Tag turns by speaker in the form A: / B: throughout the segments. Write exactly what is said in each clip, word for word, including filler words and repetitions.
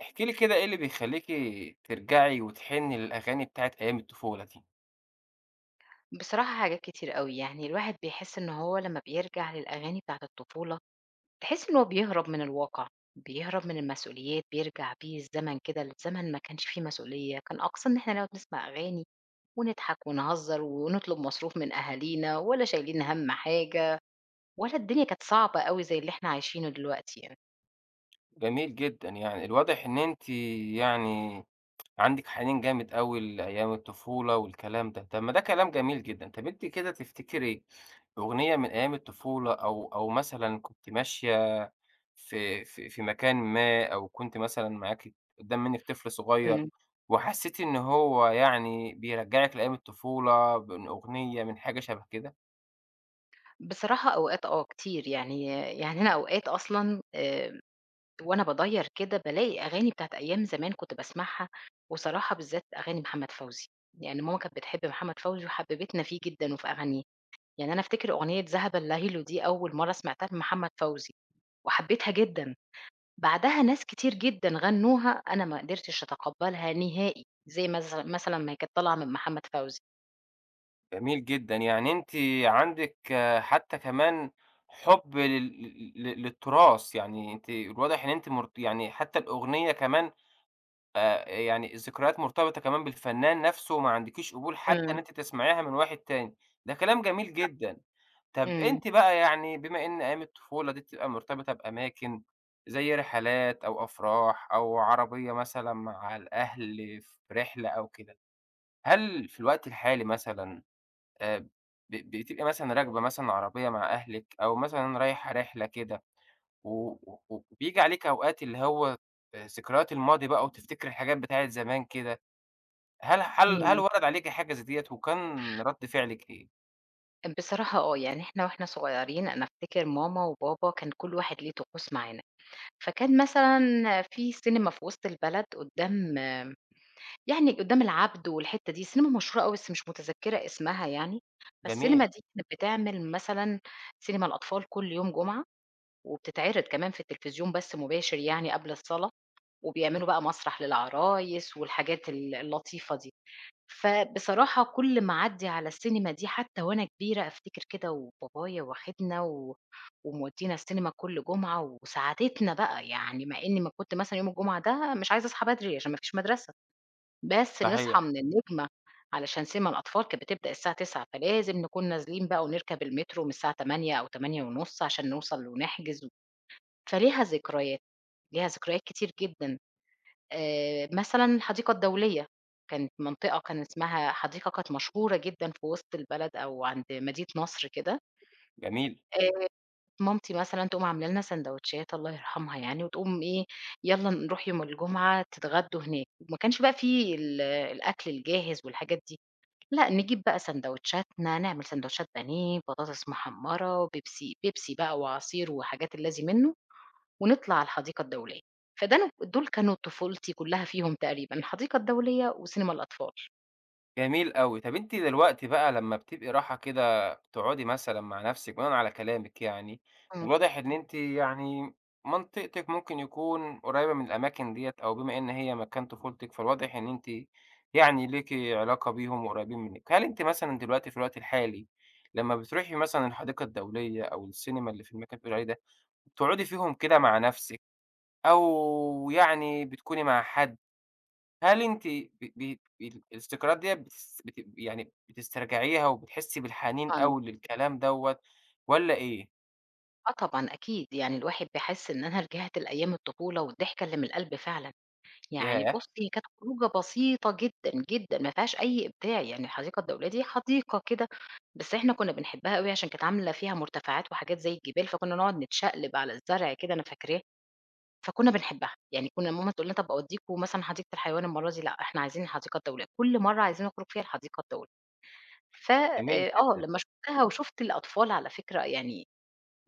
A: احكي لي كده إيه اللي بيخلّيكِ ترجعي وتحنّي للأغاني بتاعة أيام الطفولة دي؟
B: بصراحة حاجات كتير أوي، يعني الواحد بيحس إن هو لمّا بيرجع للأغاني بتاعة الطفولة، تحس إن هو بيهرب من الواقع، بيهرب من المسؤوليات، بيرجع بيه الزمن كده لزمن ما كانش فيه مسؤولية، كان أقصى إن إحنا نقعد نسمع أغاني ونضحك ونهزر ونطلب مصروف من أهالينا ولا شايلين هَم حاجة ولا الدنيا كانت صعبة أوي زي اللي إحنا عايشينه دلوقتي يعني.
A: جميل جدًا يعني، الواضح إن أنتِ يعني عندِك حنين جامد أوي لأيام الطفولة والكلام ده. طب ما ده كلام جميل جدًا. طب أنتِ كده تفتكري أغنية من أيام الطفولة أو أو مثلًا كنتِ ماشية في في في مكان ما أو كنتِ مثلًا معاكِ قدّام منِّك طفل صغير
B: إمم.
A: وحسّيتِ إن هو يعني بيرجّعِك لأيام الطفولة بأن أغنية من حاجة شبه كده؟
B: بصراحة أوقات آه كتير، يعني يعني أنا أوقات أصلًا آآ وأنا باديّر كده بالاقي أغاني بتاعة أيام زمان كنت باسمعها، وصراحة بالذات أغاني محمد فوزي، يعني ماما كانت بتحب محمد فوزي وحببتنا فيه جدًا وفي أغانيه، يعني أنا أفتكر أغنية "ذهب الليل" دي أول مرّة سمعتها لمحمد فوزي وحبيتها جدًا، بعدها ناس كتير جدًا غنّوها أنا ما قدرتش أتقبّلها نهائي، زي مث مثلًا ما هي كانت طالعة من محمد فوزي.
A: جميل جدًا، يعني أنتِ عندِك آه، حتى كمان حُب لل ل للتراث، يعني أنتِ الواضح إن أنتِ مرت يعني حتى الأغنية كمان آآ، يعني الذكريات مرتبطة كمان بالفنان نَفْسه، وما عندكيش قبول حتى
B: إمم.
A: إن أنتِ تسمعيها من واحد تاني. ده كلام جميل جدًا. طَب
B: إمم.
A: أنتِ بقى يعني بما إن أيام الطفولة دي بتبقى مرتبطة بأماكن زي رحلات أو أفراح أو عربية مثلًا مع الأهل في رحلة أو كده، هل في الوقت الحالي مثلًا آآ ب بتبقي مثلًا راكبة مثلًا عربية مع أهلِك أو مثلًا رايحة رحلة كده، و و وبييجي عليكِ أوقات اللي هو آآ ذكريات الماضي بقى وتفتكري الحاجات بتاعة زمان كده، هل هل هل
B: إمم.
A: ورد عليكِ حاجة زي ديّة وكان رد فعلِك إيه؟
B: بصراحة آه، يعني إحنا وإحنا صغيّرين أنا أفتكر ماما وبابا كان كل واحد ليه طقوس معانا. فكان مثلًا في سينما في وسط البلد قدّام يعني قدّام العبد والحتّة دي، سينما مشهورة أوي بس مش متذكّرة اسمها يعني،
A: جميل،
B: فالسينما دي كانت بتعمل مثلًا سينما الأطفال كل يوم جمعة، وبتتعرض كمان في التلفزيون بث مباشر يعني قبل الصلاة، وبيعملوا بقى مسرح للعرايس والحاجات ال اللطيفة دي. فبصراحة كل ما أعدّي على السينما دي حتى وأنا كبيرة أفتكر كده وبابايا واخدنا و ومودّينا السينما كل جمعة وساعدتنا بقى، يعني مع إني ما كنت مثلًا يوم الجمعة ده مش عايزة أصحى بدري عشان ما فيش مدرسة، بس نصحى
A: صحيح،
B: من النجمة علشان سينما الأطفال كانت بتبدأ الساعة التاسعة فلازم نكون نازلين بقى ونركب المترو من الساعة الثامنة أو العشرة ونص عشان نوصل ونحجز و فليها ذكريات، ليها ذكريات كتير جدًا. آآ مثلًا الحديقة الدولية، كانت منطقة كان اسمها حديقة كانت مشهورة جدًا في وسط البلد أو عند مدينة نصر كده،
A: جميل.
B: آآ مامتي مثلًا تقوم عاملة لنا ساندوتشات الله يرحمها يعني، وتقوم إيه، يالّا نروح يوم الجمعة تتغدوا هناك، ما كانش بقى في ال الأكل الجاهز والحاجات دي، لأ نجيب بقى ساندوتشاتنا، نعمل ساندوتشات بانيه، بطاطس محمرة، بيبسي بيبسي بقى وعصير وحاجات اللازم منه، ونطلع على الحديقة الدولية. فده أنا دول كانوا طفولتي كلّها فيهم تقريبًا، الحديقة الدولية وسينما الأطفال.
A: جميل أوي. طب أنتِ دلوقتي بقى لمّا بتبقي راحة كده تقعدي مثلًا مع نفسِك بناءً على كلامِك يعني،
B: إمم.
A: والواضح إن أنتِ يعني منطقتِك ممكن يكون قريبة من الأماكن ديّة أو بما إن هي مكان طفولتِك، فالواضح إن أنتِ يعني ليكِ علاقة بيهم وقريبين منِّك. هل أنتِ مثلًا دلوقتي في الوقت الحالي لمّا بتروحي مثلًا الحديقة الدولية أو السينما اللي في المكان اللي بتقولي عليه ده، بتقعدي فيهم كده مع نفسِك أو يعني بتكوني مع حد؟ هل أنتِ ب ب ال الذكريات ديّة بتس بت يعني بتسترجعيها وبتحسّي بالحنين
B: طبعًا،
A: أوي للكلام دوّة والّا إيه؟
B: آه، طبعًا، أكيد، يعني الواحد بيحس إن أنا رجعت لأيام الطفولة والضحكة اللي من القلب فعلًا. يعني
A: ياه!
B: بُصّي، كانت خروجة بسيطة جدًا، جدًا، ما فيهاش أي إبداع، يعني الحديقة الدولية دي حديقة كده، بس إحنا كُنّا بنحبها أوي عشان كانت عاملة فيها مرتفعات وحاجات زي الجبال، فكُنّا نقعد نتشقلب على الزرع كده، أنا فاكراه. فكنا بنحبها، يعني كنا ماما تقول لنا طَب أودّيكم مثلًا حديقة الحيوان المرّة دي، لأ إحنا عايزين الحديقة الدولية، كل مرّة عايزين نخرج فيها الحديقة الدولية. ف
A: جميل
B: آآ آه،
A: جدًا.
B: لمّا شُفتها وشُفت الأطفال على فكرة يعني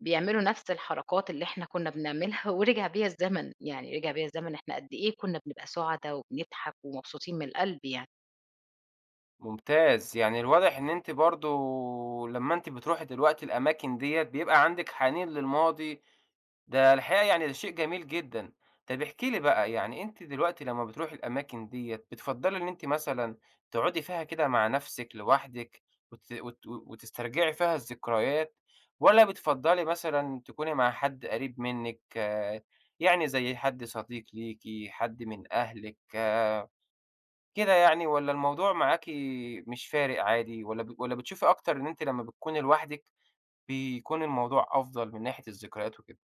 B: بيعملوا نَفْس الحركات اللي إحنا كنا بنعملها ورجع بيّا الزمن، يعني رجع بيّا الزمن إحنا قد إيه كنا بنبقى سُعدا وبنضحك ومبسوطين من القلب يعني.
A: ممتاز، يعني الواضح إن أنتِ برضه لمّا أنتِ بتروحي دلوقتي الأماكن ديّة بيبقى عندِك حنين للماضي. ده الحقيقة يعني ده شيء جميل جدًا. طَب احكي لي بقى، يعني أنتِ دلوقتي لمّا بتروحي الأماكن ديّة بتفضّلي إن أنتِ مثلًا تقعدي فيها كده مع نَفْسِك لوحدِك وت وت وتسترجعي فيها الذكريات، والّا بتفضّلي مثلًا تكوني مع حد قريب منِّك، آه، يعني زي حد صديق ليكِ، حد من أهلِك؟ كده يعني، والّا الموضوع معاكِ مش فارق عادي، والّا ب والّا بتشوفي أكتر إن أنتِ لمّا بتكوني لوحدِك بيكون الموضوع أفضل من ناحية الذكريات وكده؟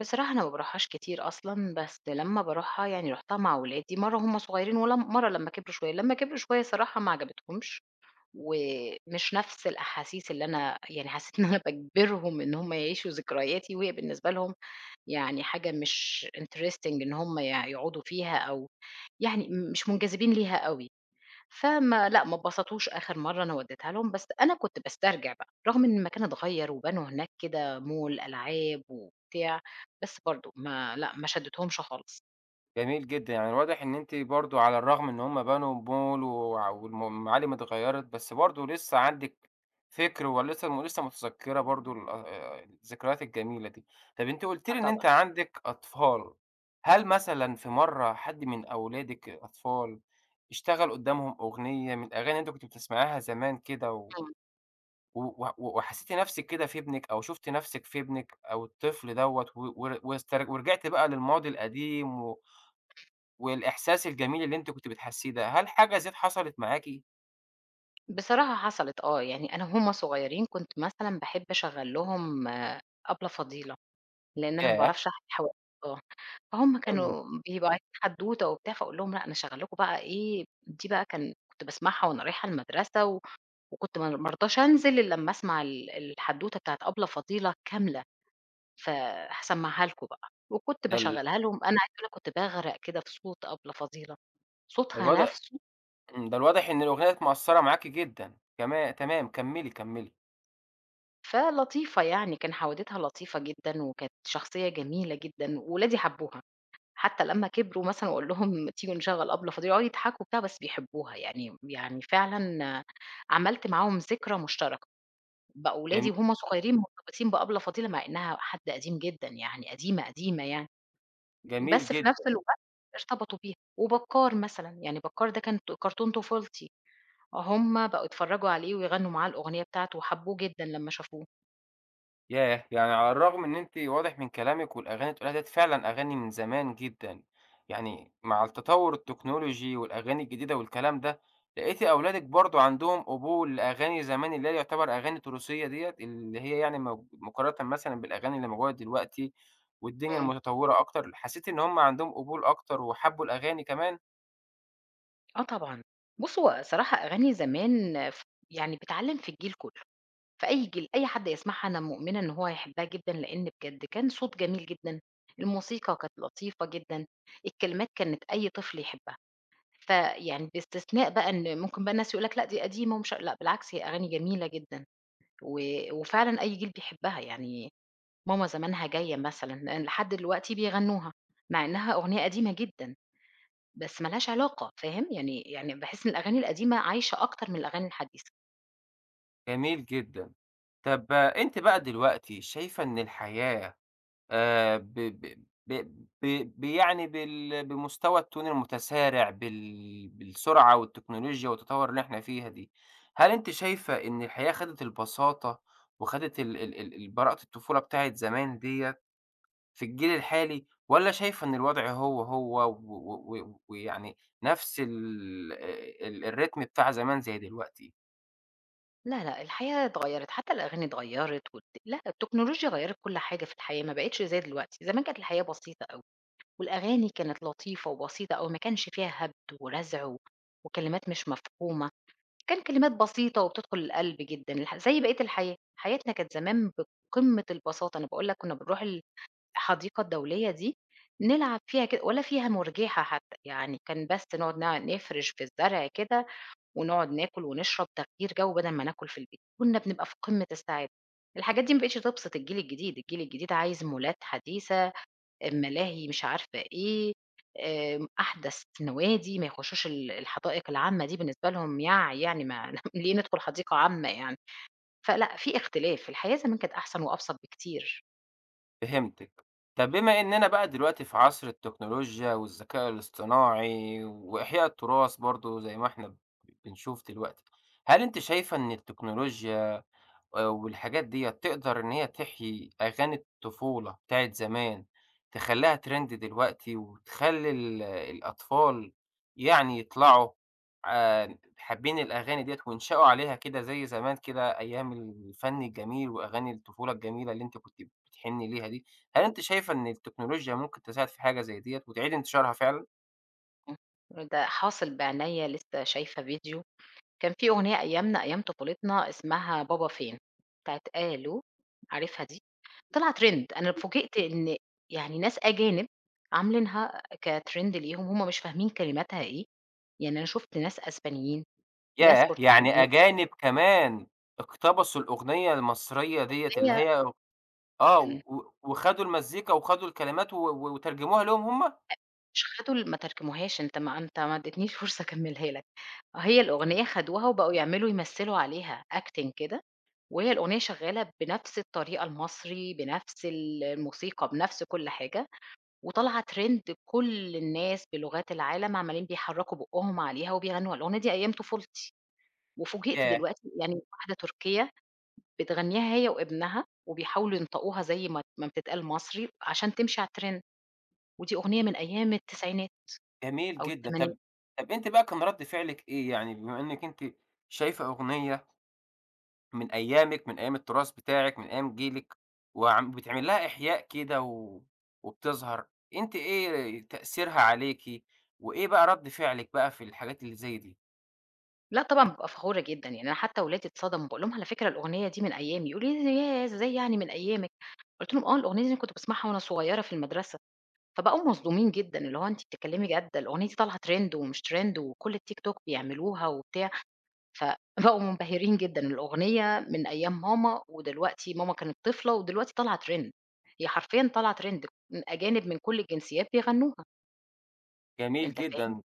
B: بصراحة أنا ما باروحهاش كتير أصلًا، بس لمّا باروحها يعني رُحتها مع ولادي، مرّة وهُم صغيرين ولم مرّة لمّا كبروا شوية، لمّا كبروا شوية الصراحة ما عجبتهمش. ومش نفس الأحاسيس اللي أنا يعني حسيت إن أنا باجبرهم إن هم يعيشوا ذكرياتي، وهي بالنسبة لهم يعني حاجة مش interesting إن هم يع يقعدوا فيها أو يعني م- مش منجذبين ليها أوي، فما لأ ما اتبسطوش آخر مرّة أنا وديتها لهم، بس أنا كنت باسترجع بقى، رغم إن المكان اتغيّر وبنوا هناك كده مول ألعاب وبتاع، بس برضه ما لأ ما شدتهمش خالص.
A: جميل جدًا، يعني واضح إن أنتِ برضه على الرغم إن هُم بنوا مول وع والم المعالم اتغيّرت، بس برضه لسه عندِك فكر ولسه ولسه متذكّرة برضه ال آآ الذكريات الجميلة دي. طَب أنتِ قُلتِ
B: آه
A: لي إن أنتِ
B: طبعًا.
A: عندِك أطفال. هل مثلًا في مرّة حد من أولادِك الأطفال اشتغل قدّامهم أغنية من الأغاني اللي أنتِ كنتِ بتسمعيها زمان كده و و و وحسّيتِ نَفْسِك كده في ابنِك، أو شفتِ نَفْسِك في ابنِك أو الطفل دوّة و ور واستر ورجعتِ بقى للماضي القديم و والإحساس الجميل اللي أنتِ كنتِ بتحسّيه ده، هل حاجة زي دي حصلت معاكِ؟
B: بصراحة حصلت آه، يعني أنا وهُم صغيرين كنت مثلًا باحب أشغّل لهم آه، أبلة فضيلة، لإن أنا ما
A: ياه!
B: باعرفش أحكي حواديت آه، فهُم
A: حلو.
B: كانوا بيبقوا عايزين حدوتة وبتاع، فأقول لهم لأ أنا هاشغّل لكم بقى إيه دي بقى كان كنت باسمعها وأنا رايحة المدرسة و وكنت ما ما أرضاش أنزل إلّا أمّا أسمع ال الحدوتة بتاعة أبلة فضيلة كاملة، فهاسمّعها لكم بقى، وكنت
A: ده ال
B: باشغّلها لهم أنا عايزة أقول لك كنت باغرق كده في صوت أبلة فضيلة،
A: ده
B: صوتها
A: الواضح
B: نفسه
A: إمم، ده الواضح إن الأغنية ديّة مأثّرة معاكِ جدًا. تما تمام، كمّلي، كمّلي.
B: فلطيفة يعني، كان حودِتها لطيفة جدًا، وكانت شخصية جميلة جدًا، وولادي حبّوها، حتى لمّا كبروا مثلًا وأقول لهم تيجوا نشغّل أبلة فضول، يقعدوا يضحكوا وبتاع، بس بيحبوها يعني يعني فعلًا عملت معاهم ذكرى مشتركة، بقوا
A: جم
B: ولادي وهُم صغيرين مرتبطين بأبلة فضيلة، مع إنها حد قديم جدًا يعني، قديمة، قديمة يعني،
A: جميل
B: بس في
A: جدًا.
B: نفس الوقت ارتبطوا بيها. وبكّار مثلًا، يعني بكّار ده كان ط كرتون طفولتي، هُم بقوا يتفرّجوا عليه ويغنّوا معاه الأغنية بتاعته وحبّوه جدًا لمّا شافوه.
A: ياه! يعني على الرغم إن أنتِ واضح من كلامِك والأغاني اللي بتقوليها ديّة فعلًا أغاني من زمان جدًا، يعني مع التطور التكنولوجي والأغاني الجديدة والكلام ده، لقيتِ أولادِك برضه عندهم قبول لأغاني زمان اللي هي يعتبر أغاني تراثية ديّة، اللي هي يعني موج مقارنةً مثلًا بالأغاني اللي موجودة دلوقتي والدنيا
B: إمم.
A: المتطورة أكتر، حسيتِ إن هم عندهم قبول أكتر وحبوا الأغاني كمان؟
B: آه طبعًا. بُص، هو صراحة أغاني زمان ف يعني بتعلّم في الجيل كُلّه، في أي جيل، أي حد يسمعها أنا مؤمنة إن هو هيحبها جدًا، لإن بجد كان صوت جميل جدًا، الموسيقى كانت لطيفة جدًا، الكلمات كانت أي طفل يحبها. فيعني باستثناء بقى إن ممكن بقى الناس يقول لك لأ دي قديمة ومش لأ بالعكس هي أغاني جميلة جدًا، و وفعلًا أي جيل بيحبها، يعني ماما زمانها جاية مثلًا لحد دلوقتي بيغنّوها، مع إنها أغنية قديمة جدًا. بس ما لهاش علاقة، فاهم؟ يعني يعني باحس إن الأغاني القديمة عايشة أكتر من الأغاني الحديثة.
A: جميل جدًا. طب آه، أنتِ بقى دلوقتي شايفة إن الحياة آآ ب ب ب ب ب يعني بال بمستوى التون المتسارع، بال بالسرعة والتكنولوجيا والتطوّر اللي إحنا فيها دي، هل أنتِ شايفة إن الحياة خدت البساطة وخدت ال ال ال ال براءة الطفولة بتاعة زمان ديّة في الجيل الحالي، والّا شايفة إن الوضع هو، هو و و و ويعني نفس ال ال الريتم بتاع زمان زي دلوقتي؟
B: لا، لأ، الحياة اتغيّرت، حتى الأغاني اتغيّرت والت لأ، التكنولوجيا غيّرت كل حاجة في الحياة، ما بقتش زي دلوقتي. زمان كانت الحياة بسيطة أوي، والأغاني كانت لطيفة وبسيطة أوي، ما كانش فيها هبد ورزع و وكلمات مش مفهومة، كان كلمات بسيطة وبتدخل القلب جدًا، الح زي بقية الحياة. حياتنا كانت زمان بقمة البساطة، أنا باقول لك كنا بنروح ال الحديقة الدولية دي، نلعب فيها كده ولا فيها مُرجحة حتى، يعني كان بس نقعد نع نفرش في الزرع كده ونقعد ناكل ونشرب تغيير جو بدل ما ناكل في البيت، كنا بنبقى في قمة السعادة. الحاجات دي ما بقتش تبسط الجيل الجديد، الجيل الجديد عايز مولات حديثة، ملاهي مش عارفة إيه، آمم، أحدث نوادي، ما يخشوش ال الحدائق العامة دي بالنسبة لهم يَع يعني ما ليه ندخل حديقة عامة يعني؟ فلأ، في اختلاف، الحياة زمان كانت أحسن وأبسط بكتير.
A: فهمتِك. طب بما إننا بقى دلوقتي في عصر التكنولوجيا والذكاء الاصطناعي وإحياء التراث برضه زي ما إحنا بنشوف دلوقتي، هل أنتِ شايفة إن التكنولوجيا آآ والحاجات ديّة تقدر إن هي تحيي أغاني الطفولة بتاعة زمان، تخلّيها trend دلوقتي وتخلّي ال الأطفال يعني يطلعوا آآ حابين الأغاني ديّة وينشأوا عليها كده زي زمان كده أيام الفن الجميل وأغاني الطفولة الجميلة اللي أنتِ كنتِ بتحنّي ليها دي، هل أنتِ شايفة إن التكنولوجيا ممكن تساعد في حاجة زي ديّة وتعيد انتشارها فعلًا؟
B: إمم. ده حاصل بعنايّا لسه شايفة فيديو، كان في أغنية أيامنا أيام طفولتنا اسمها بابا فين، بتاعة ألو، عارفها دي؟ طلعت trend أنا فوجئت إن يعني ناس أجانب عاملينها كtrend ليهم، هُم مش فاهمين كلماتها إيه، يعني أنا شُفت ناس أسبانيين، ناس
A: ياه! يعني
B: برتغاليين،
A: أجانب كمان اقتبسوا الأغنية المصرية ديّة اللي
B: هي
A: هي آه،
B: إمم،
A: و و- وخدوا المزيكا وخدوا الكلمات و و وترجموها لهم هم؟
B: مش خدوا ال ما ترجموهاش أنت ما أنت ما اديتنيش فرصة أكمّلها لك، هي الأغنية
A: تمام.
B: خدوها وبقوا يعملوا يمثّلوا عليها acting كده وهي الأغنية شغالة بنفس الطريقة المصري، بنفس ال الموسيقى، بنفس كل حاجة، وطالعة trend كل الناس بلغات العالم عمّالين بيحرّكوا بُقّهم عليها وبيغنّوها، الأغنية دي أيام طفولتي، وفوجئت
A: ياه!
B: دلوقتي يعني واحدة تركية بتغنّيها هي وابنها وبيحاولوا ينطقوها زي ما ما بتتقال مصري عشان تمشي على الtrend، ودي أغنية من أيام التسعينات
A: جميل
B: أو
A: جدًا. طب
B: التمانينات.
A: طب أنتِ بقى كان رد فعلِك إيه؟ يعني بما إنِّك أنتِ شايفة أغنية من أيامِك، من أيام التراث بتاعِك، من أيام جيلِك، وعم بتعمل لها إحياء كده و وبتظهر، أنتِ إيه تأثيرها عليكِ، وإيه بقى رد فعلِك بقى في الحاجات اللي زي دي؟
B: لأ طبعًا بابقى فخورة جدًا، يعني أنا حتى ولادي اتصدموا باقول لهم: "على فكرة الأغنية دي من أيامي." يقولوا لي: "ياه! إزاي يعني من أيامك؟" قُلت لهم: "آه، الأغنية دي أنا كنت باسمعها وأنا صغيرة في المدرسة." فبقوا مصدومين جدًا، اللي هو أنتِ بتتكلمي جَد، الأغنية دي طالعة trend ومش trend وكل التيك توك بيعملوها وبتاع، فبقوا منبهرين جدًا، الأغنية من أيام ماما ودلوقتي ماما كانت طفلة ودلوقتي طالعة trend، هي حرفيًا طالعة trend، أجانب من كل الجنسيات بيغنوها،
A: جميل
B: أنت فاهم؟
A: جدًا.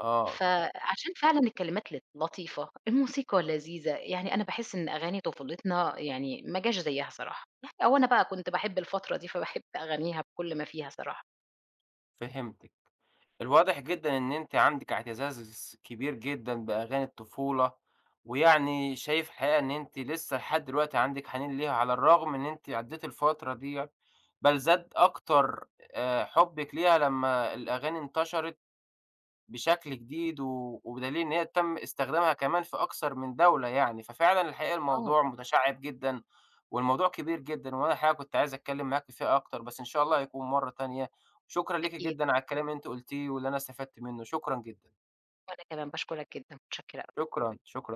A: آه،
B: فعشان فعلًا الكلمات لت لطيفة، الموسيقى لذيذة، يعني أنا باحس إن أغاني طفولتنا يعني ما جاش زيّها صراحة، يعني أو أنا بقى كنت باحب الفترة دي فباحب أغانيها بكل ما فيها صراحة.
A: فهمتِك. الواضح جدًا إن أنتِ عندِك اعتزاز كبير جدًا بأغاني الطفولة، ويعني شايف الحقيقة إن أنتِ لسه لحد دلوقتي عندِك حنين ليها، على الرغم إن أنتِ عدّيتِ الفترة ديّة، بل زاد أكتر آآ حُبِّك ليها لمّا الأغاني انتشرت بشكل جديد و وبدليل إن هي تم استخدامها كمان في أكثر من دولة يعني. ففعلًا الحقيقة
B: آه،
A: الموضوع متشعِّب جدًا والموضوع كبير جدًا، وأنا الحقيقة كنت عايز أتكلّم معاكِ فيه أكتر، بس إن شاء الله هيكون مرّة تانية. شكرًا ليكِ
B: أكيد،
A: جدًا على الكلام اللي أنتِ قُلتيه واللي أنا استفدت منّه، شكرًا جدًا.
B: وأنا كمان باشكرك جدًا، متشكرة.
A: شكرًا، شكرًا.